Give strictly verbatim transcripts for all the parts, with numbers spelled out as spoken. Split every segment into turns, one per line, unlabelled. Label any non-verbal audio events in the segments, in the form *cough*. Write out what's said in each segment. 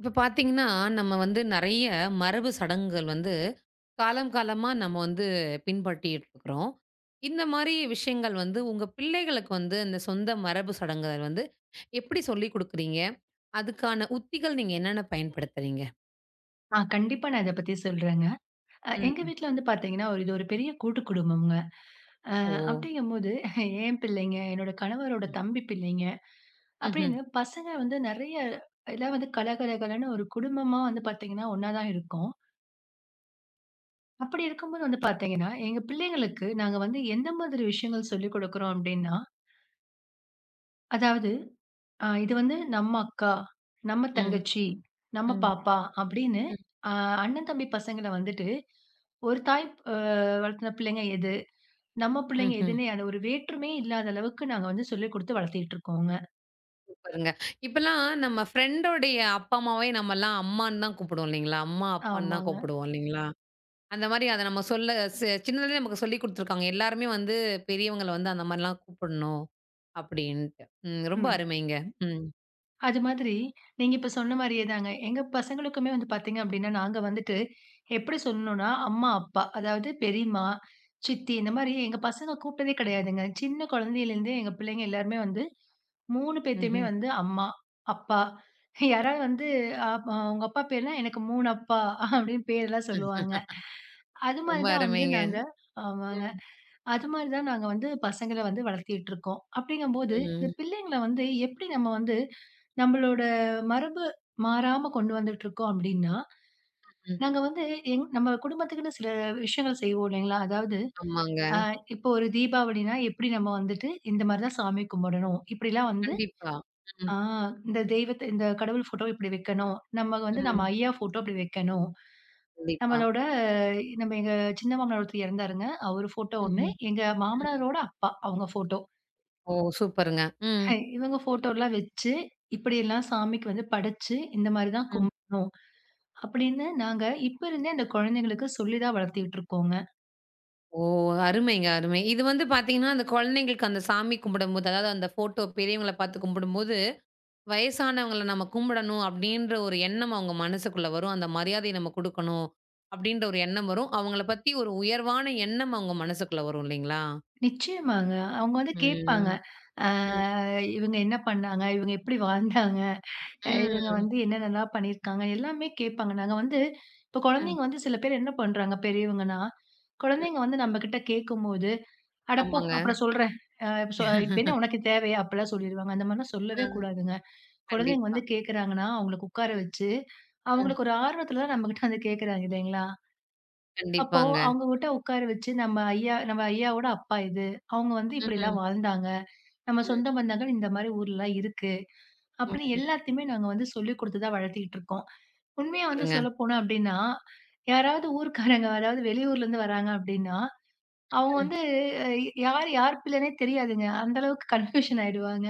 இப்ப பார்த்தீங்கன்னா, நம்ம வந்து நெறைய மரபு சடங்குகள் வந்து காலம் காலமா நம்ம வந்து பின்பற்றிட்டு இருக்கிறோம். இந்த மாரி விஷயங்கள் வந்து உங்க பிள்ளைகளுக்கு வந்து அந்த சொந்த மரபு சடங்குகள் வந்து எப்படி சொல்லிக் குடுக்குறீங்க? அதுக்கான உத்திகள் நீங்க என்னென்ன பயன்படுத்துறீங்க?
ஆ கண்டிப்பா நான் இத பத்தி சொல்றேங்க. அ எங்க
ம்.
வீட்ல வந்து பார்த்தீங்கன்னா, ஒரு இது ஒரு பெரிய கூட்டு குடும்பம்ங்க. அ
ஓ!
அப்படிங்கும்போது என் பிள்ளைங்க, என்னோட கணவரோட
ம்.
தம்பி பிள்ளைங்க,
ம்ஹ்ம்.
அப்படின்னு பசங்க வந்து நெறைய எல்லாம் வந்து கலகலகலன்னு ஒரு குடும்பமா வந்து பார்த்தீங்கன்னா, ஒண்ணா தான் இருக்கோம். அப்படி இருக்கும்போது வந்து பார்த்தீங்கன்னா, எங்க பிள்ளைங்களுக்கு நாங்க வந்து எந்த மாதிரி விஷயங்கள் சொல்லிக் குடுக்குறோம் அப்படின்னா, அதாவது ஆ இது வந்து நம்ம அக்கா, நம்ம
ம். ம்.
தங்கச்சி, நம்ம
ம்.
பாப்பா அப்படின்னு அ அண்ணன் தம்பி பசங்கள வந்துட்டு, ஒரு தாய் அ வளர்த்துன பிள்ளைங்க எது, நம்ம பிள்ளைங்க
ம்ஹ்ம்.
எதுன்னு அந்த ஒரு வேற்றுமையே இல்லாத அளவுக்கு நாங்க வந்து சொல்லிக் குடுத்து வளர்த்திட்டு இருக்கோங்க.
சூப்பருங்க. இப்பலாம் நம்ம ஃப்ரெண்டோடைய அப்பா, அம்மாவே நம்மலாம் அம்மான்னு தான் கூப்பிடுவோம் இல்லைங்களா? அம்மா, அப்பான்னு தான்
ஆமாங்க.
கூப்பிடுவோம் இல்லைங்களா? அந்த மாரி அத நம்ம சொல்ல சி சின்னதுலயே நமக்கு சொல்லிக் குடுத்துருக்காங்க. எல்லாருமே வந்து பெரியவங்கள வந்து அந்த மாரிலாம் கூப்பிடணும் அப்படின்ட்டு. ம். ரொம்ப
ம்.
அருமைங்க. ம்.
அது மாதிரி, நீங்க இப்ப சொன்ன மாரியே தாங்க. எங்க பசங்களுக்குமே வந்து பார்த்தீங்க அப்டின்னா, நாங்க வந்துட்டு எப்படி சொல்லணும்னா, அம்மா, அப்பா அதாவது பெரியம்மா, சித்தி இந்த மாரி எங்க பசங்க கூப்பிட்டதே கிடையாதுங்க. சின்ன குழந்தையிலேருந்தே எங்க பிள்ளைங்க எல்லாருமே வந்து மூணு பேத்தையுமே
ம்ஹ்ம்.
வந்து அம்மா, அப்பா யாராவது வந்து அ உங்க அப்பா பேர்னா எனக்கு மூணு அப்பா அப்டின்னு பேர்லாம் சொல்லுவாங்க.
*laughs*
அது மாரி
ரொம்ப
தான் வந்து
அருமைங்க.
நாங்க ஆமாங்க.
ம்.
அது மாரி தான் நாங்க வந்து பசங்கள வந்து வளர்த்திட்டு இருக்கோம். அப்படிங்கும்போது, இந்த
ம்.
பிள்ளைங்கள வந்து எப்படி நம்ம வந்து நம்மளோட மரபு மாறாம கொண்டு வந்துட்டு இருக்கோம் அப்படின்னா,
ம்.
நாங்க வந்து எங் நம்ம குடும்பத்துக்குன்னு சில விஷயங்கள் செய்வோம் இல்லைங்களா? அதாவது
ஆமாங்க.
அ இப்போ ஒரு தீபாவளினா எப்படி நம்ம வந்துட்டு இந்த மாரி தான் சாமி கும்பிடணும். இப்படிலாம் வந்து
கண்டிப்பா. ம்.
ஆ இந்த தெய்வத்த இந்த கடவுள் ஃபோட்டோ இப்படி வைக்கணும். நம்ம வந்து நம்ம
ம்.
ஐயா ஃபோட்டோ இப்படி வைக்கணும்.
கண்டிப்பா.
நம்மளோட அஹ் நம்ம எங்க சின்ன மாமனார் ஒருத்தர் இறந்தாருங்க. அவரு ஃபோட்டோ ஒண்ணு.
ம்ஹ்ம்.
எங்க
ம். ம்.
மாமனாரோட அப்பா அவங்க ஃபோட்டோ.
ஓ! சூப்பருங்க.
ஹ
ம்.
இவங்க ஃபோட்டோலாம் வச்சு, இப்படியெல்லாம் சாமிக்கு வந்து படைச்சு, இந்த மாரி தான்
ம்.
கும்பிடணும். அப்படின்னு நாங்க இப்ப இருந்தே அந்த குழந்தைங்களுக்கு சொல்லி தான் வளர்த்துக்கிட்டு இருக்கோங்க.
ஓ! அருமைங்க, அருமை. இது வந்து பார்த்தீங்கன்னா, அந்த குழந்தைங்களுக்கு அந்த சாமி கும்பிடும்போது, அதாவது அந்த ஃபோட்டோ பெரியவங்கள பார்த்து கும்பிடும்போது வயசானவங்கள நம்ம கும்பிடணும் அப்படின்ற ஒரு எண்ணம் அவங்க மனசுக்குள்ள வரும். அந்த மரியாதைய நம்ம குடுக்கணும் அப்படின்ற ஒரு எண்ணம் வரும். அவங்கள பத்தி ஒரு உயர்வான எண்ணம் அவங்க மனசுக்குள்ள வரும் இல்லைங்களா?
நிச்சயமாங்க. அவங்க வந்து கேட்பாங்க.
ம்.
ஆ
ம்.
இவங்க என்ன பண்ணாங்க? இவங்க எப்படி வாழ்ந்தாங்க? அ இவங்க
ம்.
வந்து என்னென்னலாம் பண்ணியிருக்காங்க? எல்லாமே கேட்பாங்க. நாங்க வந்து இப்ப
ம்.
குழந்தைங்க வந்து சில பேர் என்ன பண்றாங்க பெரியவங்கன்னா,
ம்.
குழந்தைங்க வந்து நம்மகிட்ட கேட்கும்போது, "அட போ!
ஆமாங்க.
அப்புறம் சொல்றேன். அஹ் இப்ப சொ இப்ப என்ன
*laughs*
உனக்கு தேவையா?" அப்படிலாம் சொல்லிருவாங்க. அந்த மாரிலாம் சொல்லவே
அ
கூடாதுங்க. குழந்தைங்க
கண்டிப்பா.
வந்து கேட்கறாங்கன்னா, அவங்களுக்கு உட்கார
ம்.
வச்சு,
ம்.
அவங்களுக்கு ஒரு ஆர்வத்துல தான் நம்மகிட்ட வந்து கேட்கறாங்க இல்லைங்களா? அப்போ
கண்டிப்பாங்க.
அவங்ககிட்ட உட்கார வச்சு நம்ம ஐயா நம்ம ஐயாவோட அப்பா இது. அவங்க வந்து
ம்ஹ்ம்.
இப்படிலாம் வாழ்ந்தாங்க. நம்ம
ம்.
சொந்த பந்தங்கள் இந்த மாரி ஊர்லலாம் இருக்கு. அப்படின்னு
ம்.
எல்லாத்தையுமே நாங்க வந்து சொல்லிக் குடுத்து தான் வளர்த்திக்கிட்டு இருக்கோம். உண்மையா வந்து
சூப்பருங்க.
சொல்லப்போனோம் அப்படின்னா, யாராவது ஊர்க்காரங்க அதாவது வெளியூர்ல இருந்து வராங்க அப்படின்னா, அவங்க
ம்.
வந்து அ யார் யார் பிள்ளைன்னே தெரியாதுங்க. அந்த அளவுக்கு கன்ஃப்யூஷன் ஆயிடுவாங்க.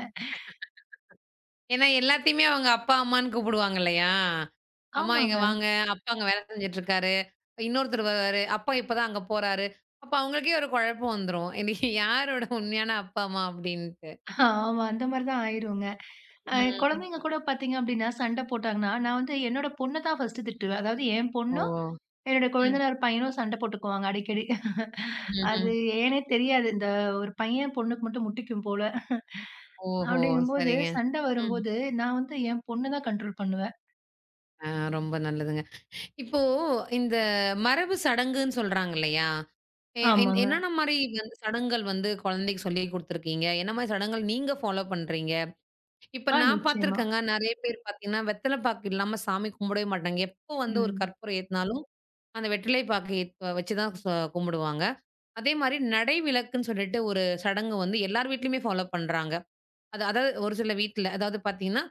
ஏன்னா எல்லாத்தையுமே அவங்க அப்பா, அம்மான்னு கூப்பிடுவாங்க இல்லையா? அம்மா இங்க
ஆமாங்க.
வாங்க, அப்பா அங்க வேலை செஞ்சுட்டுருக்காரு. இன்னொருத்தர் வருவாரு, அப்பா இப்பதான் அங்க போறாரு. அப்ப அவங்களுக்கே ஒரு குழப்பம் வந்துரும். இன்னைக்கு யாரோட உண்மையான அப்பா, அம்மா அப்டின்ட்டு.
ஆமா. அந்த மாரி தான் ஆயிருங்க. அ
ம்.
குழந்தைங்க கூட பார்த்தீங்க அப்டின்னா, சண்ட போட்டாங்கன்னா, நான் வந்து என்னோட பொண்ண தான் ஃபர்ஸ்ட்டு திட்டுவேன். அதாவது என்
ஓ!
பொண்ணும், என்னோட
ம்.
கொழுந்தனார் பையனும் சண்ட போட்டுக்குவாங்க அடிக்கடி. *laughs* அது
ம்ஹ்ம்.
ஏன்னே தெரியாது. இந்த ஒரு பையன் பொண்ணுக்கு மட்டும் முட்டிக்கும் போல.
ஓஹோ!
அப்டிங்கும்போது
சரிங்க.
சண்ட
ம்.
வரும்போது, நான் வந்து என் பொண்ண தான் கண்ட்ரோல் பண்ணுவேன்.
ஆ ரொம்ப நல்லதுங்க. இப்போ இந்த மரபு சடங்குன்னு சொல்றாங்க இல்லையா? எ இந்த-
ஆமாங்க.
என்னென்ன மாரி வந்து சடங்குகள் வந்து குழந்தைக்கு சொல்லிக் குடுத்துருக்கீங்க? என்ன மாரி சடங்குகள் நீங்க ஃபாலோ பண்றீங்க? இப்ப
ஆ
நான்
நிச்சயமா.
பார்த்துருக்கேங்க. நெறைய பேர் பார்த்தீங்கன்னா, வெத்தல பாக்கு இல்லாம சாமி கும்பிடவே மாட்டாங்க. எப்போ வந்து ஒரு
ம்.
கற்பூரம் ஏத்துனாலும், அந்த வெற்றிலை பாக்கு ஏத் வச்சு தான் ச கும்பிடுவாங்க. அதே மாரி நடை விலக்குன்னு சொல்லிட்டு ஒரு சடங்கு வந்து எல்லார் வீட்லயுமே ஃபாலோ பண்றாங்க. அது அதாவது ஒரு சில வீட்ல, அதாவது பார்த்தீங்கன்னா,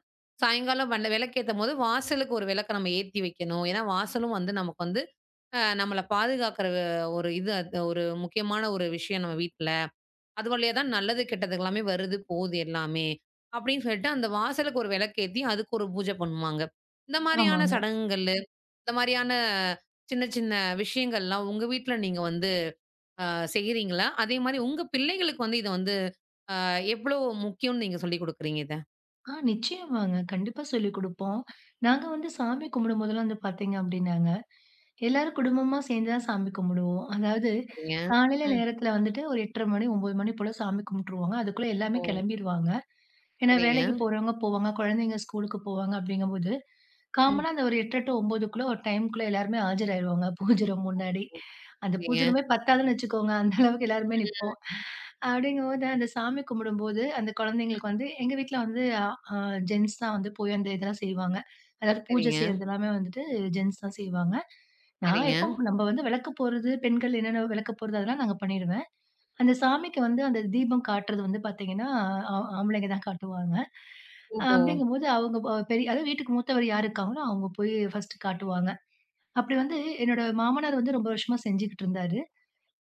சாயங்காலம் வண்ட விளக்கேத்தம்போது வாசலுக்கு ஒரு விளக்க நம்ம ஏத்தி வைக்கணும். ஏன்னா, வாசலும் வந்து நமக்கு வந்து அ நம்மள பாதுகாக்கிற ஒரு இது அது ஒரு முக்கியமான ஒரு விஷயம் நம்ம வீட்ல. அது வழியா தான் நல்லது, கெட்டது எல்லாமே வருது, போகுது எல்லாமே. அப்படின்னு சொல்லிட்டு அந்த வாசலுக்கு ஒரு விளக்கேத்தி, அதுக்கு ஒரு பூஜை பண்ணுவாங்க. இந்த மாரியான
ஆமாங்க.
சடங்குகள், இந்த மாரியான சின்ன சின்ன விஷயங்கள்லாம் உங்க வீட்ல நீங்க வந்து அ செய்றீங்களா? அதே மாரி உங்க பிள்ளைகளுக்கு வந்து இத வந்து அ எவ்வளோ முக்கியம்னு நீங்க சொல்லிக் குடுக்குறீங்க இத?
ஆ நிச்சயமாங்க. கண்டிப்பா சொல்லிக் குடுப்போம். நாங்க வந்து சாமி கும்பிடும்போதெல்லாம் வந்து பார்த்தீங்க அப்டின்னாங்க, எல்லாரும் குடும்பமா சேர்ந்து தான் சாமி கும்பிடுவோம். அதாவது
சரிங்க.
காலையில
ம்.
நேரத்தில வந்துட்டு ஒரு எட்டரை மணி, ஒம்பது மணி போல சாமி கும்பிட்டுருவாங்க. அதுக்குள்ள எல்லாமே
ஓ!
கெளம்பிருவாங்க. ஏன்னா
சரிங்க.
வேலைக்கு போறவங்க போவாங்க, குழந்தைங்க ஸ்கூலுக்கு போவாங்க அப்படிங்கும்போது,
ம்.
காமனா அந்த ஒரு எட்டு டூ 9:00க்குள்ள ஒரு டைம்க்குள்ள எல்லாருமே ஆஜராயிருவாங்க பூஜை ரூம் முன்னாடி. அந்த
சரிங்க,
பூஜை ரூமே பத்தாதுன்னு வச்சுக்கோங்க. அந்த அளவுக்கு எல்லாருமே நிப்போம். அப்படிங்கும்போது, அந்த சாமி கும்பிடும்போது, அந்த குழந்தைங்களுக்கு வந்து எங்க வீட்ல வந்து அ ஜென்ட்ஸ் தான் வந்து போய் அந்த இதெல்லாம் செய்வாங்க. அதாவது பூஜை
சரிங்க,
செய்றது எல்லாமே வந்துட்டு ஜென்ட்ஸ் தான் செய்வாங்க. நான்
சரிங்க.
எப்போ நம்ம வந்து விளக்கு போடுறது, பெண்கள் என்னென்ன விளக்கு போடுறது அதெல்லாம் நாங்க பண்ணிருவேன். அந்த சாமிக்கு வந்து அந்த தீபம் காட்டுறது வந்து பார்த்தீங்கன்னா, ஆ ஆம்பளைங்க தான் காட்டுவாங்க. அஹ்
ஓஹோ!
அப்படிங்கும்போது அவங்க ப பெரிய அதாவது வீட்டுக்கு மூத்தவர் யார் இருக்காங்களோ அவங்க போய் ஃபர்ஸ்ட்டு காட்டுவாங்க. அப்படி வந்து என்னோட மாமனார் வந்து ரொம்ப வருஷமா செஞ்சுகிட்டு இருந்தாரு.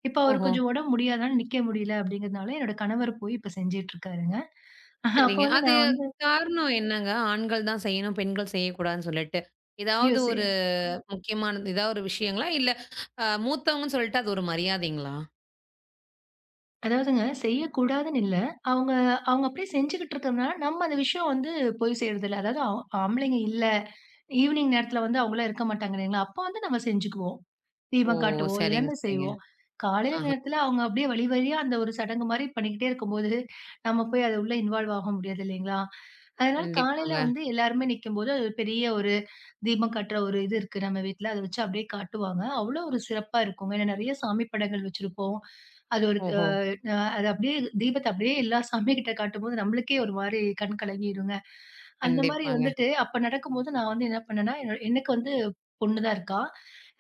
இப்ப அவருக்கு
ஓஹோ!
கொஞ்சம் உடம்பு முடியாதனால நிக்க முடியல அப்படிங்கிறதுனால, என்னோட கணவர் போய் இப்ப செஞ்சுட்டு இருக்காருங்க. அப்ப
சரிங்க.
வந்து
அது
நான் வந்து
காரணம் என்னங்க? ஆண்கள் தான் செய்யணும், பெண்கள் செய்யக்கூடாதுன்னு சொல்லிட்டு.
ஐயோ!
ஏதாவது
செ
ஒரு முக்கியமானது ஏதா ஒரு விஷயங்களா? இல்ல அ மூத்தவங்கன்னு சொல்லிட்டு அது ஒரு மரியாதைங்களா?
அதாவதுங்க செய்யக்கூடாதுன்னு இல்ல. அவங்க அவங்க அப்படியே செஞ்சுகிட்டு இருக்கிறதுனால, நம்ம அந்த விஷயம் வந்து போய் சேர்றதில்ல. அதாவது ஆ ஆம்பளைங்க இல்ல, ஈவினிங் நேரத்துல வந்து அவங்கலாம் இருக்க மாட்டாங்க இல்லைங்களா? அப்ப வந்து நம்ம செஞ்சுக்குவோம்.
ஓ!
தீபம் காட்டுவோம்,
சரிங்க,
எல்லாமே
சரிங்க.
செய்வோம். காலையில
ஆஹ.
நேரத்துல அவங்க அப்படியே வழி வழியா அந்த ஒரு சடங்கு மாரி பண்ணிக்கிட்டே இருக்கும்போது, நம்ம போய் அது உள்ள இன்வால்வ் ஆக முடியாது இல்லைங்களா? அதனால காலையில
கண்டிப்பாங்க.
வந்து எல்லாருமே நிக்கும்போது, அது ஒரு பெரிய ஒரு தீபம் காட்டுற ஒரு இது இருக்கு நம்ம வீட்ல. அத வச்சு அப்படியே காட்டுவாங்க. அவ்வளோ ஒரு சிறப்பா இருக்குங்க. ஏன்னா நெறைய சாமி படங்கள் வச்சிருப்போம். அது ஒரு த
ஓஹோ!
அ அது அப்படியே தீபத்த அப்படியே எல்லா சாமி கிட்ட காட்டும்போது நம்மளுக்கே ஒரு மாரி கண் கலங்கிருங்க. அந்த மாரி
கண்டிப்பாங்க.
வந்துட்டு அப்ப நடக்கும்போது நான் வந்து என்ன பண்ணேன்னா, என் எனக்கு வந்து பொண்ணு தான் இருக்கா.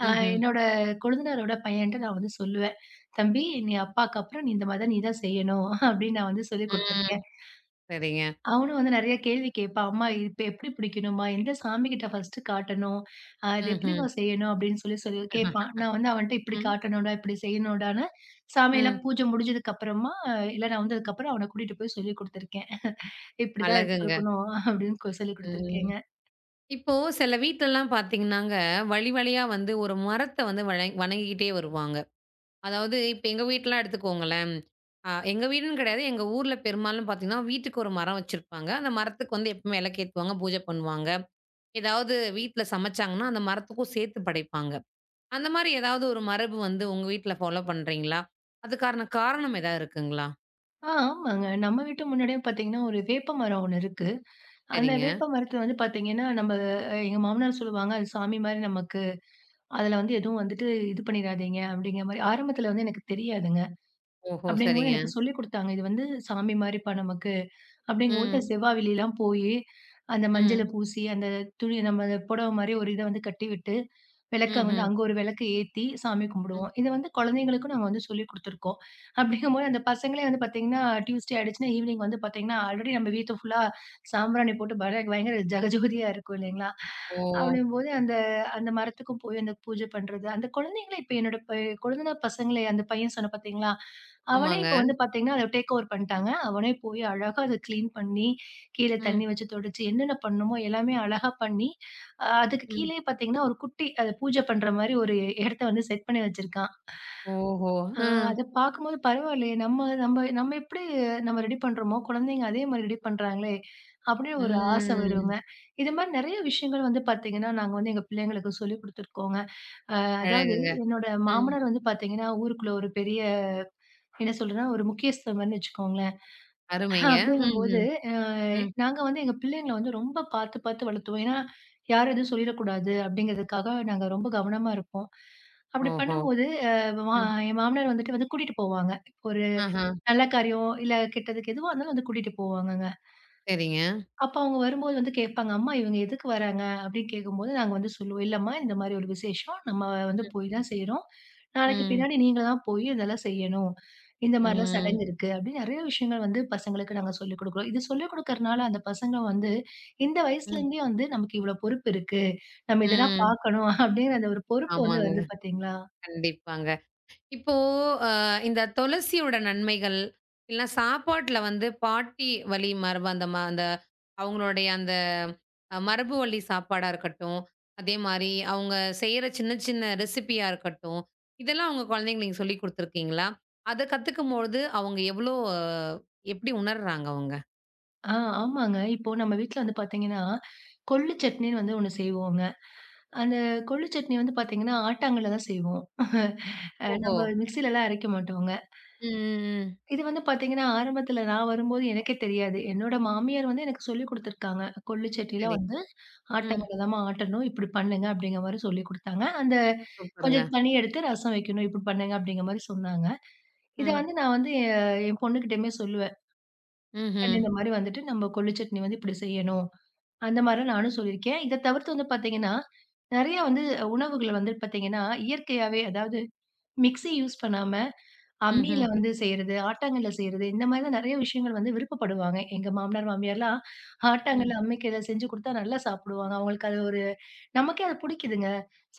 அ
ம்ஹ்ம்.
என்னோட கொழுந்தனாரோட பையன்ட்ட நான் வந்து சொல்லுவேன். "தம்பி, நீ அப்பாக்கு அப்புறம் நீ இந்த மாரி தான் நீ தான் செய்யணும்." அப்படின்னு நான் வந்து சொல்லிக்
ம்.
குடுத்துருக்கேன்.
சரிங்க.
அவனும் வந்து நெறைய கேள்வி கேட்பான். "அம்மா இது இப்ப எப்படி பிடிக்கணும்மா? எந்த சாமிகிட்ட ஃபர்ஸ்ட்டு காட்டணும்? அ இது
ம்ஹ்ம்.
எப்படிம்மா செய்யணும்?" அப்படின்னு சொல்லி சொல்லி கேட்பான். நான் வந்து அவன்ட்ட இப்படி
ம்,
காட்டணும்டா, இப்படி செய்யணும்டான்னு, சாமியெல்லாம்
ம்.
பூஜை முடிஞ்சதுக்கு அப்புறமா ஆஹ் இல்ல நான் வந்ததுக்கப்புறம் அவன கூட்டிட்டு போய் சொல்லிக் குடுத்துருக்கேன். இப்படிதான் இப்ப
அழகுங்க.
இருக்கணும் அப்படின்னு கொ சொல்லிக்
ம்.
குடுத்துருக்கேங்க.
இப்போ சில வீட்லலாம் பார்த்தீங்கன்னாங்க, வழி வழியா வந்து ஒரு மரத்த வந்து வழ வணங்கிக்கிட்டே வருவாங்க. அதாவது இப்ப எங்க வீட்லாம் எடுத்துக்கோங்களேன். அ எங்க வீடுன்னு கிடையாது. எங்க ஊர்ல பெரும்பாலும் பார்த்தீங்கன்னா, வீட்டுக்கு ஒரு மரம் வச்சிருப்பாங்க. அந்த மரத்துக்கு வந்து எப்பவுமே விளக்கேத்துவாங்க, பூஜை பண்ணுவாங்க. ஏதாவது வீட்ல சமைச்சாங்கன்னா, அந்த மரத்துக்கும் சேர்த்து படைப்பாங்க. அந்த மாரி ஏதாவது ஒரு மரபு வந்து உங்க வீட்ல ஃபாலோ பண்றீங்களா? அதுக்கான காரணம் ஏதாவது இருக்குங்களா?
ஆ ஆமாங்க. நம்ம வீட்டு முன்னாடியே பார்த்தீங்கன்னா, ஒரு வேப்ப மரம் ஒண்ணு இருக்கு. அந்த
சரிங்க.
வேப்ப மரத்துல வந்து பார்த்தீங்கன்னா, நம்ம அ எங்க மாமனார் சொல்லுவாங்க, "அது சாமி மாரி நமக்கு. அதுல வந்து எதுவும் வந்துட்டு இது பண்ணிறாதீங்க." அப்படிங்கிற மாரி. ஆரம்பத்துல வந்து எனக்கு தெரியாதுங்க.
ஓஹோ!
அப்படிங்கும்போது
சரிங்க.
எனக்கு சொல்லிக் குடுத்தாங்க. இது வந்து சாமி மாரிப்பா நமக்கு. அப்படிங்கும்போது
ம்.
செவ்வா வெள்ளிலாம் போயி, அந்த மஞ்சள
ம்.
பூசி, அந்த துணி நம்ம புடவ மாரி ஒரு இத வந்து கட்டி விட்டு, விளக்க வந்து
ம்ஹ்ம்.
அங்க ஒரு விளக்கு ஏத்தி சாமி
ம்.
கும்பிடுவோம். இத வந்து குழந்தைங்களுக்கும் நாங்க வந்து சொல்லிக் குடுத்துருக்கோம். அப்படிங்கும்போது அந்த பசங்களே வந்து பார்த்தீங்கன்னா, டியூஸ்டே ஆயிடுச்சுன்னா ஈவினிங் வந்து பார்த்தீங்கன்னா, ஆல்ரெடி நம்ம வீட்ட ஃபுல்லா சாம்பிராணி போட்டு பர பயங்கர ஜகஜோதியா இருக்கும் இல்லைங்களா?
ஓ!
அப்படிங்கும்போது அந்த அந்த மரத்துக்கும் போய் அந்த பூஜை பண்றது. அந்த குழந்தைங்கள இப்ப என்னோட ப கொழுந்தனார் பசங்களே அந்த பையன் சொன்னேன் பார்த்தீங்களா? அவனே
ஆமாங்க.
இப்ப வந்து பாத்தீங்கன்னா, அத டேக் ஓவர் பண்ணிட்டாங்க. அவனே போய் அழகா அத கிளீன் பண்ணி, கீழ தண்ணி
ம்.
வச்சு தொடச்சு, என்னென்ன பண்ணணுமோ எல்லாமே அழகா பண்ணி, அ அதுக்கு
ம்.
கீழயே பாத்தீங்கன்னா, ஒரு குட்டி அத பூஜை பண்ற மாரி ஒரு இடத்த வந்து செட் பண்ணி வச்சிருக்கான்.
ஓஹோ!
ஆ
அ.
அத பாக்கும்போது பரவாயில்லையே! நம்ம நம்ம நம்ம எப்படி நம்ம ரெடி பண்றோமோ, குழந்தைங்க அதே மாரி ரெடி பண்றாங்களே! அப்படின்னு ஒரு ஆசை
ம்.
வருங்க. இது மாரி நெறைய விஷயங்கள் வந்து பாத்தீங்கன்னா, நாங்க வந்து எங்க பிள்ளைங்களுக்கு சொல்லிக் குடுத்துருக்கோங்க. அதாவது
அழகுங்க.
என்னோட
ம்.
மாமனார் வந்து பாத்தீங்கன்னா, ஊருக்குள்ள ஒரு பெரிய என்ன சொல்றதுன்னா, ஒரு முக்கியஸ்தம் மாரின்னு வச்சுக்கோங்களேன். ஆ
அருமைங்க. ம்.
அப்படிங்கும்போது,
ம்.
அ
ம்.
நாங்க வந்து எங்க பிள்ளைங்கள வந்து ரொம்ப பார்த்து, பார்த்து வளர்த்துவோம். ஏன்னா, யாரும் எதுவும் சொல்லிறக்கூடாது அப்படிங்கிறதுக்காக நாங்க ரொம்ப கவனமா இருப்போம். அப்படி
ஓஹோ!
பண்ணும்போது, அ மா
ம்.
என் மாமனார் வந்துட்டு வந்து கூட்டிட்டு போவாங்க. ஒரு
ஆஹா.
நல்ல காரியம், இல்ல கெட்டதுக்கு எதுவா இருந்தாலும் வந்து கூட்டிட்டு போவாங்கங்க.
சரிங்க.
அப்ப அவங்க வரும்போது வந்து கேட்பாங்க, "அம்மா இவங்க எதுக்கு வராங்க?" அப்படின்னு கேட்கும்போது நாங்க வந்து சொல்லுவோம், "இல்லம்மா இந்த மாரி ஒரு விசேஷம். நம்ம வந்து போய் தான் செய்றோம். நாளைக்கு
ம்.
பின்னாடி நீங்க தான் போய் இதெல்லாம் செய்யணும். இந்த மாரிலாம்
ம்.
சடங்கு இருக்கு." அப்படின்னு நெறைய விஷயங்கள் வந்து பசங்களுக்கு நாங்க சொல்லிக் குடுக்குறோம். இது சொல்லிக் குடுக்கறனால அந்த பசங்க வந்து இந்த வயசுல
ம்.
இருந்தே வந்து நமக்கு இவ்வளோ பொறுப்பு இருக்கு. நம்ம இதெல்லாம்
ம்.
பார்க்கணும் அப்படிங்கிற அந்த ஒரு பொறுப்பு வந்து
ஆமாங்க.
வருது பார்த்தீங்களா?
கண்டிப்பாங்க. இப்போ அ இந்த துளசியோட நன்மைகள், இல்லனா சாப்பாட்ல வந்து பாட்டி வழி மரபு அந்த ம அந்த அவங்களுடைய அந்த அஹ், மரபு வழி சாப்பாடா இருக்கட்டும், அதே மாரி அவங்க செய்ற சின்ன சின்ன ரெசிபியா இருக்கட்டும், இதெல்லாம் உங்க குழந்தைங்களுக்கு நீங்க சொல்லிக் குடுத்துருக்கீங்களா? அத கத்துக்கும்பொழுது அவங்க எவ்ளோ எப்படி உணர்றாங்க அவங்க?
ஆ ஆமாங்க. இப்போ நம்ம வீட்ல வந்து பார்த்தீங்கன்னா, கொள்ளு சட்னின்னு வந்து ஒண்ணு செய்வோங்க. அந்த கொள்ளு சட்னி வந்து பார்த்தீங்கன்னா, ஆட்டாங்கல்ல தான் செய்வோம். அ
ஓஹோ!
நம்ம மிக்ஸிலலாம் அரைக்க மாட்டோங்க.
ம், ம், ம்.
இது வந்து பார்த்தீங்கன்னா, ஆரம்பத்தில நான் வரும்போது எனக்கே தெரியாது. என்னோட மாமியார் வந்து எனக்கு சொல்லிக் குடுத்துருக்காங்க. கொள்ளு சட்னில
சரி.
வந்து
ம்.
ஆட்டாங்கல்ல தாம்மா ஆட்டணும். இப்படி பண்ணுங்க அப்படிங்கிற மாரி சொல்லிக் குடுத்தாங்க. அந்த
சூப்பருங்க.
கொஞ்சம் தண்ணி எடுத்து ரசம் வைக்கணும். இப்படி பண்ணுங்க அப்படிங்கிற மாரி சொன்னாங்க. இத
ம்.
வந்து நான் வந்து என் பொண்ணுகிட்டயுமே சொல்லுவேன். "கண்ணு,
ம்ஹ்ம்.
இந்த மாரி வந்துட்டு நம்ம கொள்ளு சட்னி வந்து இப்படி செய்யணும். அந்த மாரிலாம் நானும் சொல்லியிருக்கேன். இத தவிர்த்து வந்து பார்த்தீங்கன்னா, நெறைய வந்து உணவுகள வந்து பார்த்தீங்கன்னா, இயற்கையாவே அதாவது மிக்ஸி யூஸ் பண்ணாம, அம்மியில
ம்ஹ்ம்.
வந்து செய்றது, ஆட்டாங்கல்ல செய்றது, இந்த மாரி தான் நெறைய விஷயங்கள் வந்து விருப்பப்படுவாங்க. எங்க மாமனார், மாமியார்லாம் ஆட்டாங்கல்ல, அம்மிக்கல்ல செஞ்சு குடுத்தா நல்லா சாப்பிடுவாங்க. அவங்களுக்கு அது ஒரு நமக்கே அது புடிக்குதுங்க.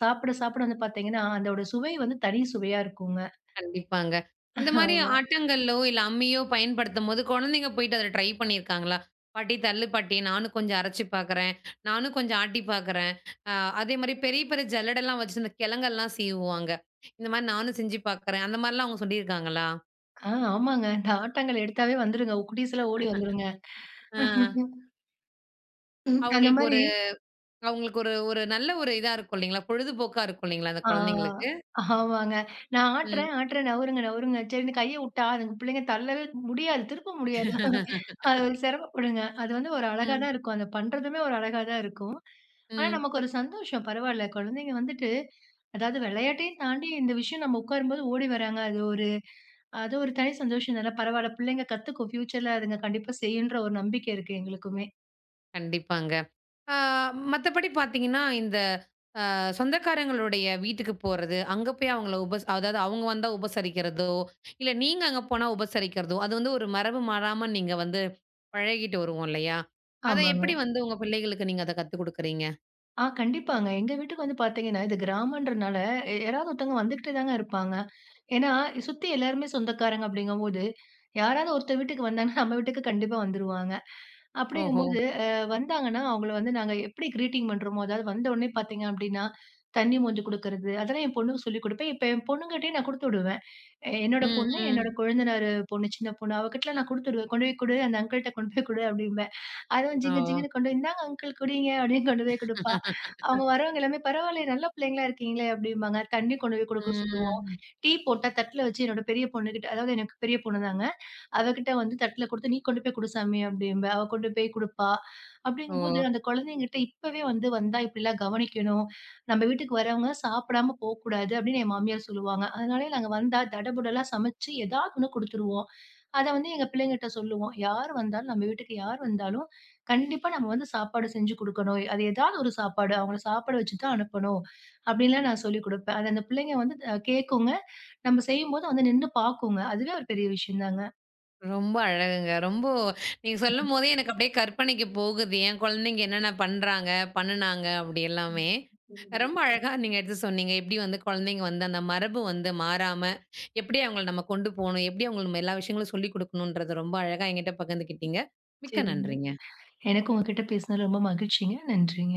சாப்பிட, சாப்பிட வந்து பார்த்தீங்கன்னா, அதோட சுவை வந்து தனி சுவையா இருக்குங்க.
கண்டிப்பாங்க. இந்த மாரி
ஆமா.
ஆட்டங்கள்லோ, இல்ல அம்மியோ பயன்படுத்தும்போது, குழந்தைங்க போயிட்டு அத ட்ரை பண்ணியிருக்காங்களா? "பாட்டி தள்ளு பாட்டி, நானும் கொஞ்சம் அரைச்சு பார்க்குறேன். நானும் கொஞ்சம் ஆட்டி பார்க்குறேன்." அ அதே மாரி பெரிய, பெரிய ஜல்லடெல்லாம் வச்சு இந்த கிழங்கெல்லாம் சீவுவாங்க. இந்த மாரி நானும் செஞ்சு பார்க்குறேன். அந்த மாரிலாம் அவங்க சொல்லியிருக்காங்களா?
ஆ ஆமாங்க. இந்த ஆட்டாங்கல் எடுத்தாவே வந்துருங்க. குட்டீஸ்லாம் ஓடி வந்துருங்க.
ஆ.
ம். அந்த
அவங்களுக்கு
மாரி
ஒரு அவங்களுக்கு ஒரு ஒரு நல்ல ஒரு இதா இருக்கும் இல்லைங்களா? பொழுதுபோக்கா இருக்கும் இல்லைங்களா? அந்த குழந்தைங்களுக்கு.
ஆ, ஆமாங்க. நான்
ம்.
ஆட்டுறேன், ஆட்டுறேன். நவுருங்க, நவுருங்க. சரின்னு கைய உட்டா, அதுங்க பிள்ளைங்க தள்ளவே முடியாது. திருப்ப முடியாது.
*laughs*
அது ஒரு சிரமப்படுங்க. அது வந்து ஒரு அழகா
ம்.
தான் இருக்கும். அத பண்றதுமே ஒரு அழகா தான் இருக்கும். ஆனா,
ம்.
நமக்கு ஒரு சந்தோஷம். பரவால்ல, குழந்தைங்க வந்துட்டு அதாவது விளையாட்டையும் தாண்டி இந்த விஷயம் நம்ம உட்காரும்போது ஓடி வராங்க. அது ஒரு அது ஒரு தனி சந்தோஷம் தானே! பரவால்ல, பிள்ளைங்க கத்துக்கும். ஃபியூச்சர்ல அதுங்க கண்டிப்பா செய்யுன்ற ஒரு நம்பிக்கை இருக்கு எங்களுக்குமே.
கண்டிப்பாங்க. ஆ மத்தபடி பார்த்தீங்கன்னா, இந்த சொந்தக்காரங்களுடைய வீட்டுக்கு போறது, அங்க போய் அவங்கள உபஸ் அதாவது அவங்க வந்தா உபசரிக்கிறதோ, இல்ல நீங்க அங்க போனா உபசரிக்கிறதோ, அது வந்து ஒரு மரபு மாறாம நீங்க வந்து பழகிட்டு வருவோம் இல்லையா? அத
ஆமாங்க.
எப்படி வந்து உங்க பிள்ளைகளுக்கு நீங்க அத கத்துக் குடுக்குறீங்க?
ஆ கண்டிப்பாங்க. எங்க வீட்டுக்கு வந்து பார்த்தீங்கன்னா, இது கிராமன்றனால எ யாராவது ஒருத்தவங்க வந்துகிட்டே தாங்க இருப்பாங்க. ஏன்னா, சுத்தி எல்லாருமே சொந்தக்காரங்க அப்படிங்கும்போது, யாராவது ஒருத்தர் வீட்டுக்கு வந்தாங்கன்னா, நம்ம வீட்டுக்கு கண்டிப்பா வந்துருவாங்க.
ஓஹோ!
அப்படிங்கும்போது அ வந்தாங்கன்னா, அவங்கள வந்து நாங்க எப்படி கிரீட்டிங் பண்றோமோ, அதாவது வந்த உடனே பார்த்தீங்க அப்படின்னா, தண்ணி மொந்து குடுக்குறது, அதெல்லாம் என் பொண்ணுக்கு சொல்லிக் குடுப்பேன். இப்ப என் பொண்ணுகிட்டயே நான் குடுத்து விடுவேன். எ என்னோட
ம்,
பொண்ணு,
ம்.
என்னோட கொழுந்தனாரு பொண்ணு, சின்ன பொண்ணு அவகிட்டலாம் நான் குடுத்துடுவேன். "கொண்டு போய் குடு, அந்த அங்கிள்ட்ட கொண்டு போய் குடு" அப்படிம்பேன். அதுவும்
ஓ!
ஜிங்கு ஜிங்குன்னு கொண்டு போய், இந்தாங்க அங்கிள் குடிங்க அப்படின்னு கொண்டு போய் குடுப்பா.
*laughs*
அவங்க வரவங்க எல்லாமே பரவாயில்லையே நல்ல பிள்ளைங்களா இருக்கீங்களே அப்படிம்பாங்க. தண்ணி கொண்டு போய் குடுக்க சொல்லுவோம்.
ம்.
டீ போட்டா தட்டுல வச்சு என்னோட பெரிய பொண்ணுகிட்ட அதாவது எனக்கு பெரிய பொண்ணுதாங்க. அவகிட்ட வந்து தட்டுல குடுத்து, "நீ கொண்டு போய் குடு சாமி" அப்படிம்பேன். அவ கொண்டு போய் குடுப்பா.
ஓ!
அப்படிங்கும்போது அந்த குழந்தைங்ககிட்ட இப்பவே வந்து வந்தா இப்படிலாம் கவனிக்கணும். நம்ம வீட்டுக்கு வரவங்க சாப்பிடாம போக்கூடாது அப்படின்னு என் மாமியார் சொல்லுவாங்க. அதனாலே நாங்க வந்தா தடபுடலா சமைச்சு ஏதாவது ஒண்ணு குடுத்துருவோம். அத வந்து எங்க பிள்ளைங்கட்ட சொல்லுவோம். யார் வந்தாலும் நம்ம வீட்டுக்கு யார் வந்தாலும், கண்டிப்பா நம்ம வந்து சாப்பாடு செஞ்சு குடுக்கணும். அது ஏதாவது ஒரு சாப்பாடு அவங்கள சாப்பிட வச்சு தான் அனுப்பணும். அப்படின்லாம் நான் சொல்லிக் குடுப்பேன். அது அந்த பிள்ளைங்க வந்து அ கேட்குங்க. நம்ம செய்யும்போது வந்து நின்னு பாக்குங்க. அதுவே ஒரு பெரிய விஷயம் தாங்க.
ரொம்ப அழகுங்க. ரொம்ப நீங்க சொல்லும்போதே எனக்கு அப்படியே கற்பனைக்கு போகுது. என் குழந்தைங்க என்னென்ன பண்றாங்க, பண்ணுனாங்க அப்படி
ம்.
எல்லாமே.
ம்.
ரொம்ப அழகா நீங்க எடுத்து சொன்னீங்க. எப்படி வந்து குழந்தைங்க வந்து அந்த மரபு வந்து மாறாம, எப்படி அவங்கள நம்ம கொண்டு போணும், எப்படி அவங்களுக்கு நம்ம எல்லா விஷயங்களும் சொல்லிக் குடுக்கணுன்றது ரொம்ப அழகா என்கிட்ட பகிர்ந்துக்கிட்டீங்க. மிக்க
சரிங்க.
நன்றிங்க.
எனக்கு உங்ககிட்ட பேசினது ரொம்ப மகிழ்ச்சிங்க. நன்றிங்க.